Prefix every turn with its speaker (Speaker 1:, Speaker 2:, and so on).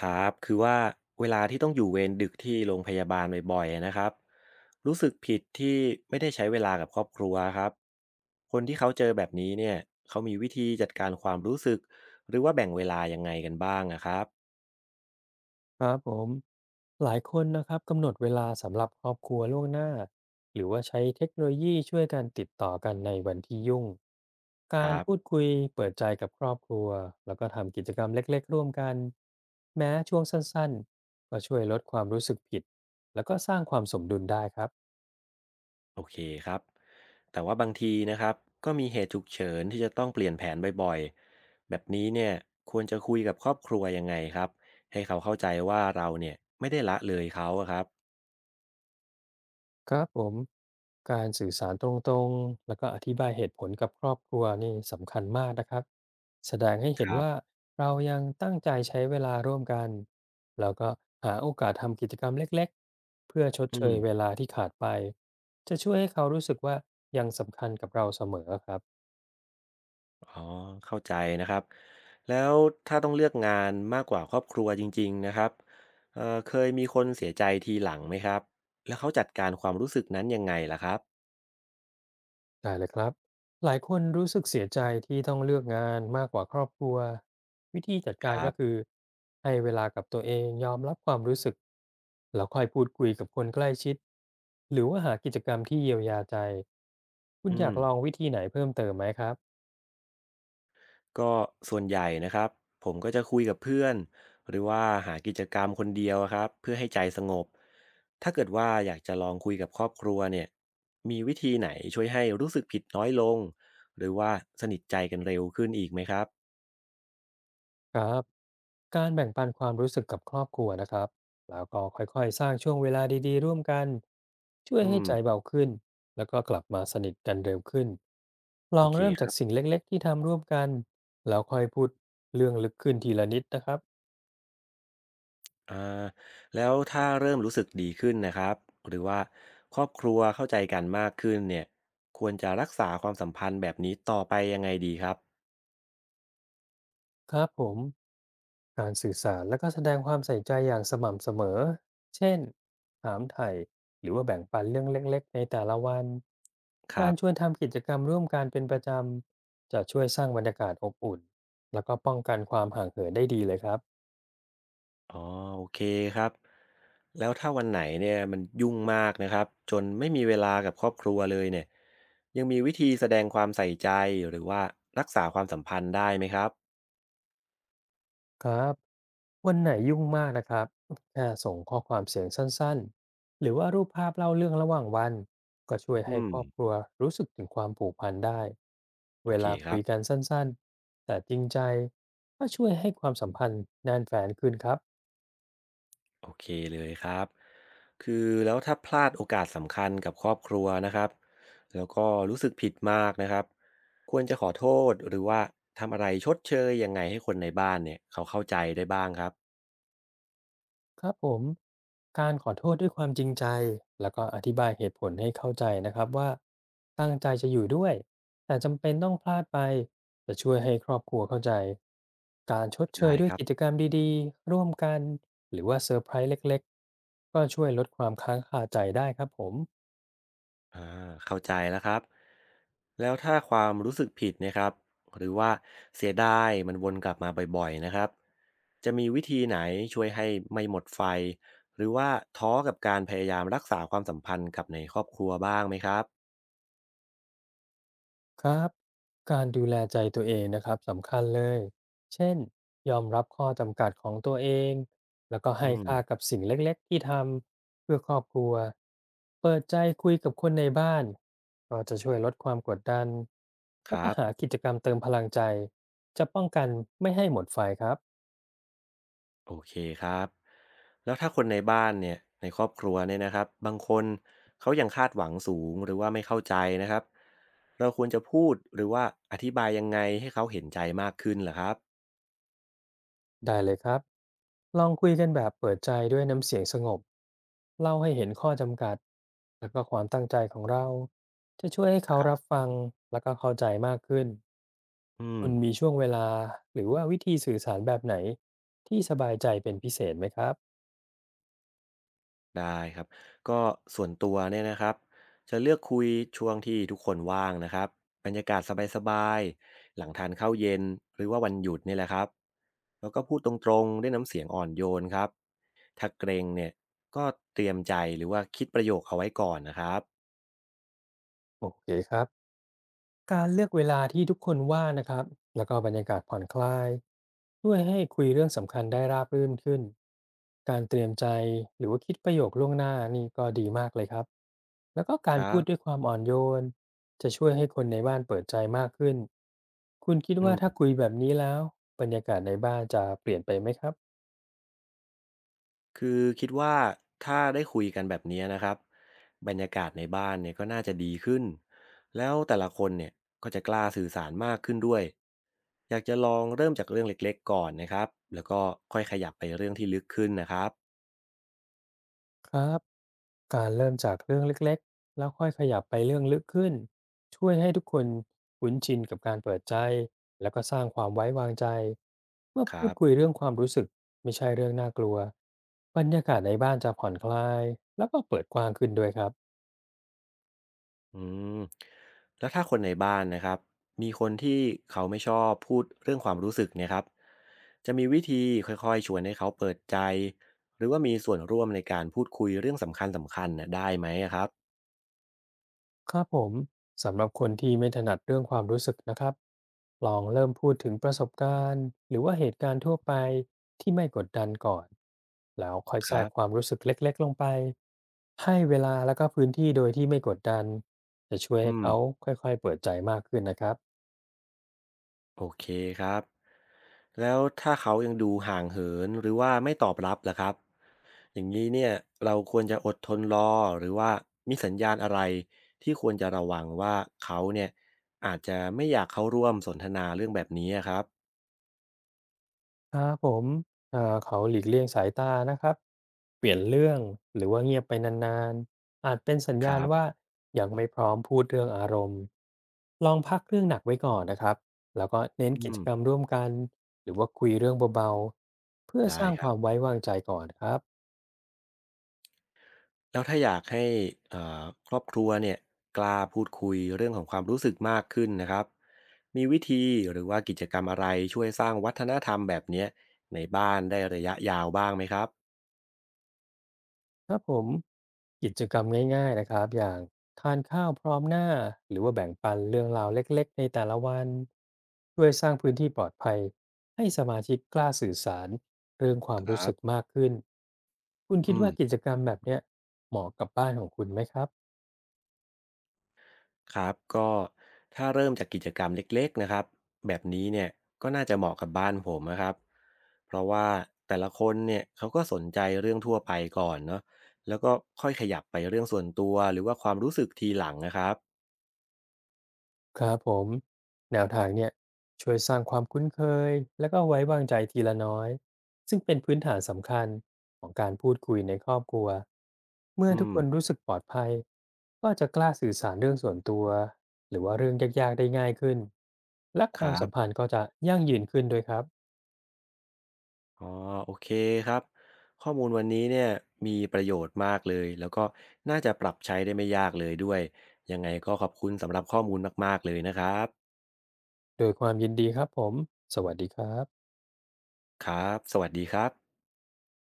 Speaker 1: ครับคือว่าเวลาที่ต้องอยู่เวรดึกที่โรงพยาบาลบ่อยๆนะครับรู้สึกผิดที่ไม่ได้ใช้เวลากับครอบครัวครับคนที่เขาเจอแบบนี้เนี่ยเขามีวิธีจัดการความรู้สึกหรือว่าแบ่งเวลายังไงกันบ้างนะครับ
Speaker 2: ครับผมหลายคนนะครับกำหนดเวลาสำหรับครอบครัวล่วงหน้าหรือว่าใช้เทคโนโลยีช่วยการติดต่อกันในวันที่ยุ่ง
Speaker 1: ค
Speaker 2: การ
Speaker 1: รับ
Speaker 2: พูดคุยเปิดใจกับครอบครัวแล้วก็ทำกิจกรรมเล็กๆร่วมกันแม้ช่วงสั้นๆก็ช่วยลดความรู้สึกผิดแล้วก็สร้างความสมดุลได้ครับ
Speaker 1: โอเคครับแต่ว่าบางทีนะครับก็มีเหตุฉุกเฉินที่จะต้องเปลี่ยนแผนบ่อยๆแบบนี้เนี่ยควรจะคุยกับครอบครัวยังไงครับให้เขาเข้าใจว่าเราเนี่ยไม่ได้ละเลยเขาอะครับ
Speaker 2: ครับผมการสื่อสารตรงๆแล้วก็อธิบายเหตุผลกับครอบครัวนี่สำคัญมากนะครับแสดงให้
Speaker 1: ค
Speaker 2: เห็น
Speaker 1: รั
Speaker 2: ว่า
Speaker 1: บ
Speaker 2: เรายังตั้งใจใช้เวลาร่วมกันแล้วก็หาโอกาสทำกิจกรรมเล็กๆเพื่อชด
Speaker 1: อื
Speaker 2: เชย
Speaker 1: ม
Speaker 2: เวลาที่ขาดไปจะช่วยให้เขารู้สึกว่ายังสำคัญกับเราเสมอครับ
Speaker 1: อ๋อเข้าใจนะครับแล้วถ้าต้องเลือกงานมากกว่าครอบครัวจริงๆนะครับเคยมีคนเสียใจทีหลังไหมครับแล้วเขาจัดการความรู้สึกนั้นยังไงล่ะครับ
Speaker 2: ได้เลยครับ หลายคนรู้สึกเสียใจที่ต้องเลือกงานมากกว่าครอบครัววิธีจัด
Speaker 1: ค
Speaker 2: การ
Speaker 1: รั
Speaker 2: ก็
Speaker 1: บ
Speaker 2: คือให้เวลากับตัวเองยอมรับความรู้สึกแล้วค่อยพูดคุยกับคนใกล้ชิดหรือว่าหากิจกรรมที่เยียวยาใจคุณ
Speaker 1: อื
Speaker 2: อยา
Speaker 1: ม
Speaker 2: กลองวิธีไหนเพิ่มเติมไหมครับ
Speaker 1: ก็ส่วนใหญ่นะครับผมก็จะคุยกับเพื่อนหรือว่าหากิจกรรมคนเดียวะครับเพื่อให้ใจสงบถ้าเกิดว่าอยากจะลองคุยกับครอบครัวเนี่ยมีวิธีไหนช่วยให้รู้สึกผิดน้อยลงหรือว่าสนิทใจกันเร็วขึ้นอีกไหมครับ
Speaker 2: ครับการแบ่งปันความรู้สึกกับครอบครัวนะครับแล้วก็ค่อยๆสร้างช่วงเวลาดีๆร่วมกันช่วย
Speaker 1: อื
Speaker 2: ให้
Speaker 1: ม
Speaker 2: ใจเบาขึ้นแล้วก็กลับมาสนิทกันเร็วขึ้นล
Speaker 1: โอ
Speaker 2: อง
Speaker 1: เค
Speaker 2: เริ่ม
Speaker 1: ค
Speaker 2: จา
Speaker 1: รั
Speaker 2: กสิ่
Speaker 1: บ
Speaker 2: งเล็กๆที่ทำร่วมกันแล้วค่อยพูดเรื่องลึกขึ้นทีละนิดนะครับ
Speaker 1: อาแล้วถ้าเริ่มรู้สึกดีขึ้นนะครับหรือว่าครอบครัวเข้าใจกันมากขึ้นเนี่ยควรจะรักษาความสัมพันธ์แบบนี้ต่อไปยังไงดีครับ
Speaker 2: ครับผม การสื่อสารและก็แสดงความใส่ใจอย่างสม่ำเสมอ เช่นถามไถ่หรือว่าแบ่งปันเรื่องเล็กๆในแต่ละวัน
Speaker 1: ครั
Speaker 2: การชวน
Speaker 1: บ
Speaker 2: ทำกิจกรรมร่วมกันเป็นประจำจะช่วยสร้างบรรยากาศอบอุ่นแล้วก็ป้องกันความห่างเหินได้ดีเลยครับ
Speaker 1: อ๋อโอเคครับแล้วถ้าวันไหนเนี่ยมันยุ่งมากนะครับจนไม่มีเวลากับครอบครัวเลยเนี่ยยังมีวิธีแสดงความใส่ใจหรือว่ารักษาความสัมพันธ์ได้ไหมครับ
Speaker 2: ครับวันไหนยุ่งมากนะครับแค่ส่งข้อความเสียงสั้นๆหรือว่ารูปภาพเล่าเรื่องระหว่างวันก็ช่วยให้
Speaker 1: อืม
Speaker 2: ครอบครัวรู้สึกถึงความผูกพันได้
Speaker 1: โอ
Speaker 2: เว
Speaker 1: เค
Speaker 2: ลา
Speaker 1: ครั
Speaker 2: คุ
Speaker 1: บ
Speaker 2: ยกันสั้นๆแต่จริงใจก็ช่วยให้ความสัมพันธ์แน่นแฟนขึ้นครับ
Speaker 1: โอเคเลยครับคือแล้วถ้าพลาดโอกาสสำคัญกับครอบครัวนะครับแล้วก็รู้สึกผิดมากนะครับควรจะขอโทษหรือว่าทำอะไรชดเชยยังไงให้คนในบ้านเนี่ยเขาเข้าใจได้บ้างครับ
Speaker 2: ครับผมการขอโทษด้วยความจริงใจแล้วก็อธิบายเหตุผลให้เข้าใจนะครับว่าตั้งใจจะอยู่ด้วยแต่จำเป็นต้องพลาดไปจะช่วยให้ครอบครัวเข้าใจการชดเช
Speaker 1: ได้
Speaker 2: ยด้ว
Speaker 1: ค
Speaker 2: ย
Speaker 1: รับ
Speaker 2: กิจกรรมดีๆร่วมกันหรือว่าเซอร์ไพรส์เล็กๆก็ช่วยลดความค้างคาใจได้ครับผม
Speaker 1: อ่าเข้าใจแล้วครับแล้วถ้าความรู้สึกผิดเนะครับหรือว่าเสียดายมันวนกลับมาบ่อยๆนะครับจะมีวิธีไหนช่วยให้ไม่หมดไฟหรือว่าท้อกับการพยายามรักษาความสัมพันธ์กับในครอบครัวบ้างไหมครับ
Speaker 2: ครับการดูแลใจตัวเองนะครับสำคัญเลยเช่นยอมรับข้อจำกัดของตัวเองแล้วก็
Speaker 1: อื
Speaker 2: ให้
Speaker 1: ม
Speaker 2: ค่ากับสิ่งเล็กๆที่ทำเพื่อครอบครัวเปิดใจคุยกับคนในบ้านก็จะช่วยลดความกดดัน
Speaker 1: ค
Speaker 2: แล้ว
Speaker 1: รั
Speaker 2: ก็
Speaker 1: บ
Speaker 2: หากิจกรรมเติมพลังใจจะป้องกันไม่ให้หมดไฟครับ
Speaker 1: โอเคครับแล้วถ้าคนในบ้านเนี่ยในครอบครัวเนี่ยนะครับบางคนเขายังคาดหวังสูงหรือว่าไม่เข้าใจนะครับเราควรจะพูดหรือว่าอธิบายยังไงให้เขาเห็นใจมากขึ้นเหรอครับ
Speaker 2: ได้เลยครับ ลองคุยกันแบบเปิดใจด้วยน้ำเสียงสงบ เล่าให้เห็นข้อจำกัดแล้วก็ความตั้งใจของเรา จะช่วยให้เขา
Speaker 1: ค
Speaker 2: รั
Speaker 1: รั
Speaker 2: บ
Speaker 1: บ
Speaker 2: ฟังแล้วก็เข้าใจมากขึ้น
Speaker 1: อืม
Speaker 2: คุณมีช่วงเวลาหรือว่าวิธีสื่อสารแบบไหนที่สบายใจเป็นพิเศษไหมครับ
Speaker 1: ได้ครับก็ส่วนตัวเนี่ยนะครับจะเลือกคุยช่วงที่ทุกคนว่างนะครับบรรยากาศสบายๆหลังทานข้าวเย็นหรือว่าวันหยุดนี่แหละครับแล้วก็พูดตรงๆด้วยน้ำเสียงอ่อนโยนครับถ้าเกรงเนี่ยก็เตรียมใจหรือว่าคิดประโยคเอาไว้ก่อนนะครับ
Speaker 2: โอเคครับ การเลือกเวลาที่ทุกคนว่างนะครับแล้วก็บรรยากาศผ่อนคลายช่วยให้คุยเรื่องสำคัญได้ราบรื่นขึ้นการเตรียมใจหรือว่าคิดประโยคล่วงหน้านี่ก็ดีมากเลยครับแล้วก็
Speaker 1: ค
Speaker 2: การ
Speaker 1: รั
Speaker 2: พูดด้วยค
Speaker 1: บ
Speaker 2: วามอ่อนโยนจะช่วยให้คนในบ้านเปิดใจมากขึ้น คุณคิด
Speaker 1: อื
Speaker 2: ว่า
Speaker 1: ม
Speaker 2: ถ้าคุยแบบนี้แล้วบรรยากาศในบ้านจะเปลี่ยนไปไหมครับ
Speaker 1: คือคิดว่าถ้าได้คุยกันแบบนี้นะครับบรรยากาศในบ้านเนี่ยก็น่าจะดีขึ้นแล้วแต่ละคนเนี่ยก็จะกล้าสื่อสารมากขึ้นด้วยอยากจะลองเริ่มจากเรื่องเล็กๆก่อนนะครับแล้วก็ค่อยขยับไปเรื่องที่ลึกขึ้นนะครับ
Speaker 2: ครับการเริ่มจากเรื่องเล็กๆแล้วค่อยขยับไปเรื่องลึกขึ้นช่วยให้ทุกคนคุ้นชินกับการเปิดใจแล้วก็สร้างความไว้วางใจเมื่อ
Speaker 1: ค
Speaker 2: พู
Speaker 1: รั
Speaker 2: ด
Speaker 1: บ
Speaker 2: คุยเรื่องความรู้สึกไม่ใช่เรื่องน่ากลัวบรรยากาศในบ้านจะผ่อนคลายแล้วก็เปิดกว้างขึ้นด้วยครับ
Speaker 1: อืมแล้วถ้าคนในบ้านนะครับมีคนที่เขาไม่ชอบพูดเรื่องความรู้สึกเนะครับจะมีวิธีค่อยๆชวนให้เขาเปิดใจหรือว่ามีส่วนร่วมในการพูดคุยเรื่องสำคัญสำคัญนะได้ไหมอะครับ
Speaker 2: ครับผมสำหรับคนที่ไม่ถนัดเรื่องความรู้สึกนะครับลองเริ่มพูดถึงประสบการณ์หรือว่าเหตุการณ์ทั่วไปที่ไม่กดดันก่อนแล้วค่อย
Speaker 1: ค
Speaker 2: แทร
Speaker 1: รั
Speaker 2: กควา
Speaker 1: บ
Speaker 2: มรู้สึกเล็กๆลงไปให้เวลาแล้วก็พื้นที่โดยที่ไม่กดดันจะช่วยให้
Speaker 1: อืม
Speaker 2: เขาค่อยๆเปิดใจมากขึ้นนะครับ
Speaker 1: โอเคครับแล้วถ้าเขายังดูห่างเหินหรือว่าไม่ตอบรับล่ะครับอย่างนี้เนี่ยเราควรจะอดทนรอหรือว่ามีสัญญาณอะไรที่ควรจะระวังว่าเขาเนี่ยอาจจะไม่อยากเข้าร่วมสนทนาเรื่องแบบนี้อะครับ
Speaker 2: ครับผมเขาหลีกเลี่ยงสายตานะครับเปลี่ยนเรื่องหรือว่าเงียบไปนานๆอาจเป็นสัญ
Speaker 1: ค
Speaker 2: ญา
Speaker 1: รั
Speaker 2: ณว่า
Speaker 1: บ
Speaker 2: ยังไม่พร้อมพูดเรื่องอารมณ์ลองพักเรื่องหนักไว้ก่อนนะครับแล้วก็เน้น
Speaker 1: อื
Speaker 2: กิจ
Speaker 1: ม
Speaker 2: กรรมร่วมกันหรือว่าคุยเรื่องเบาๆเพื่อส
Speaker 1: ได้
Speaker 2: ร้าง
Speaker 1: ค
Speaker 2: ค
Speaker 1: รับ
Speaker 2: วามไว้วางใจก่อนครับ
Speaker 1: แล้วถ้าอยากให้ครอบครัวเนี่ยกล้าพูดคุยเรื่องของความรู้สึกมากขึ้นนะครับมีวิธีหรือว่ากิจกรรมอะไรช่วยสร้างวัฒนธรรมแบบเนี้ยในบ้านได้ระยะยาวบ้างไหมครับ
Speaker 2: ครับผมกิจกรรมง่ายๆนะครับอย่างทานข้าวพร้อมหน้าหรือว่าแบ่งปันเรื่องราวเล็กๆในแต่ละวันช่วยสร้างพื้นที่ปลอดภัยให้สมาชิกกล้าสื่อสารเรื่องความ
Speaker 1: ค
Speaker 2: รู้
Speaker 1: รั
Speaker 2: สึก
Speaker 1: บ
Speaker 2: มากขึ้นคุณคิด
Speaker 1: อืม
Speaker 2: ว่ากิจกรรมแบบเนี้ยเหมาะกับบ้านของคุณไหมครับ
Speaker 1: ครับก็ถ้าเริ่มจากกิจกรรมเล็กๆนะครับแบบนี้เนี่ยก็น่าจะเหมาะกับบ้านผมนะครับเพราะว่าแต่ละคนเนี่ยเขาก็สนใจเรื่องทั่วไปก่อนเนาะแล้วก็ค่อยขยับไปเรื่องส่วนตัวหรือว่าความรู้สึกทีหลังนะครับ
Speaker 2: ครับผมแนวทางเนี่ยช่วยสร้างความคุ้นเคยและก็ไว้วางใจทีละน้อยซึ่งเป็นพื้นฐานสำคัญของการพูดคุยในครอบครัวเมื่อ
Speaker 1: อื
Speaker 2: ทุก
Speaker 1: ม
Speaker 2: คนรู้สึกปลอดภัยก็จะกล้าสื่อสารเรื่องส่วนตัวหรือว่าเรื่องยากๆได้ง่ายขึ้นและ
Speaker 1: ค
Speaker 2: ความ
Speaker 1: รั
Speaker 2: สัมพั
Speaker 1: บ
Speaker 2: นธ์ก็จะยั่งยืนขึ้นด้วยครับ
Speaker 1: อ๋อโอเคครับข้อมูลวันนี้เนี่ยมีประโยชน์มากเลยแล้วก็น่าจะปรับใช้ได้ไม่ยากเลยด้วยยังไงก็ขอบคุณสำหรับข้อมูลมากๆเลยนะครับ
Speaker 2: โดยความยินดีครับผมสวัสดีครับ
Speaker 1: ครับสวัสดีครับ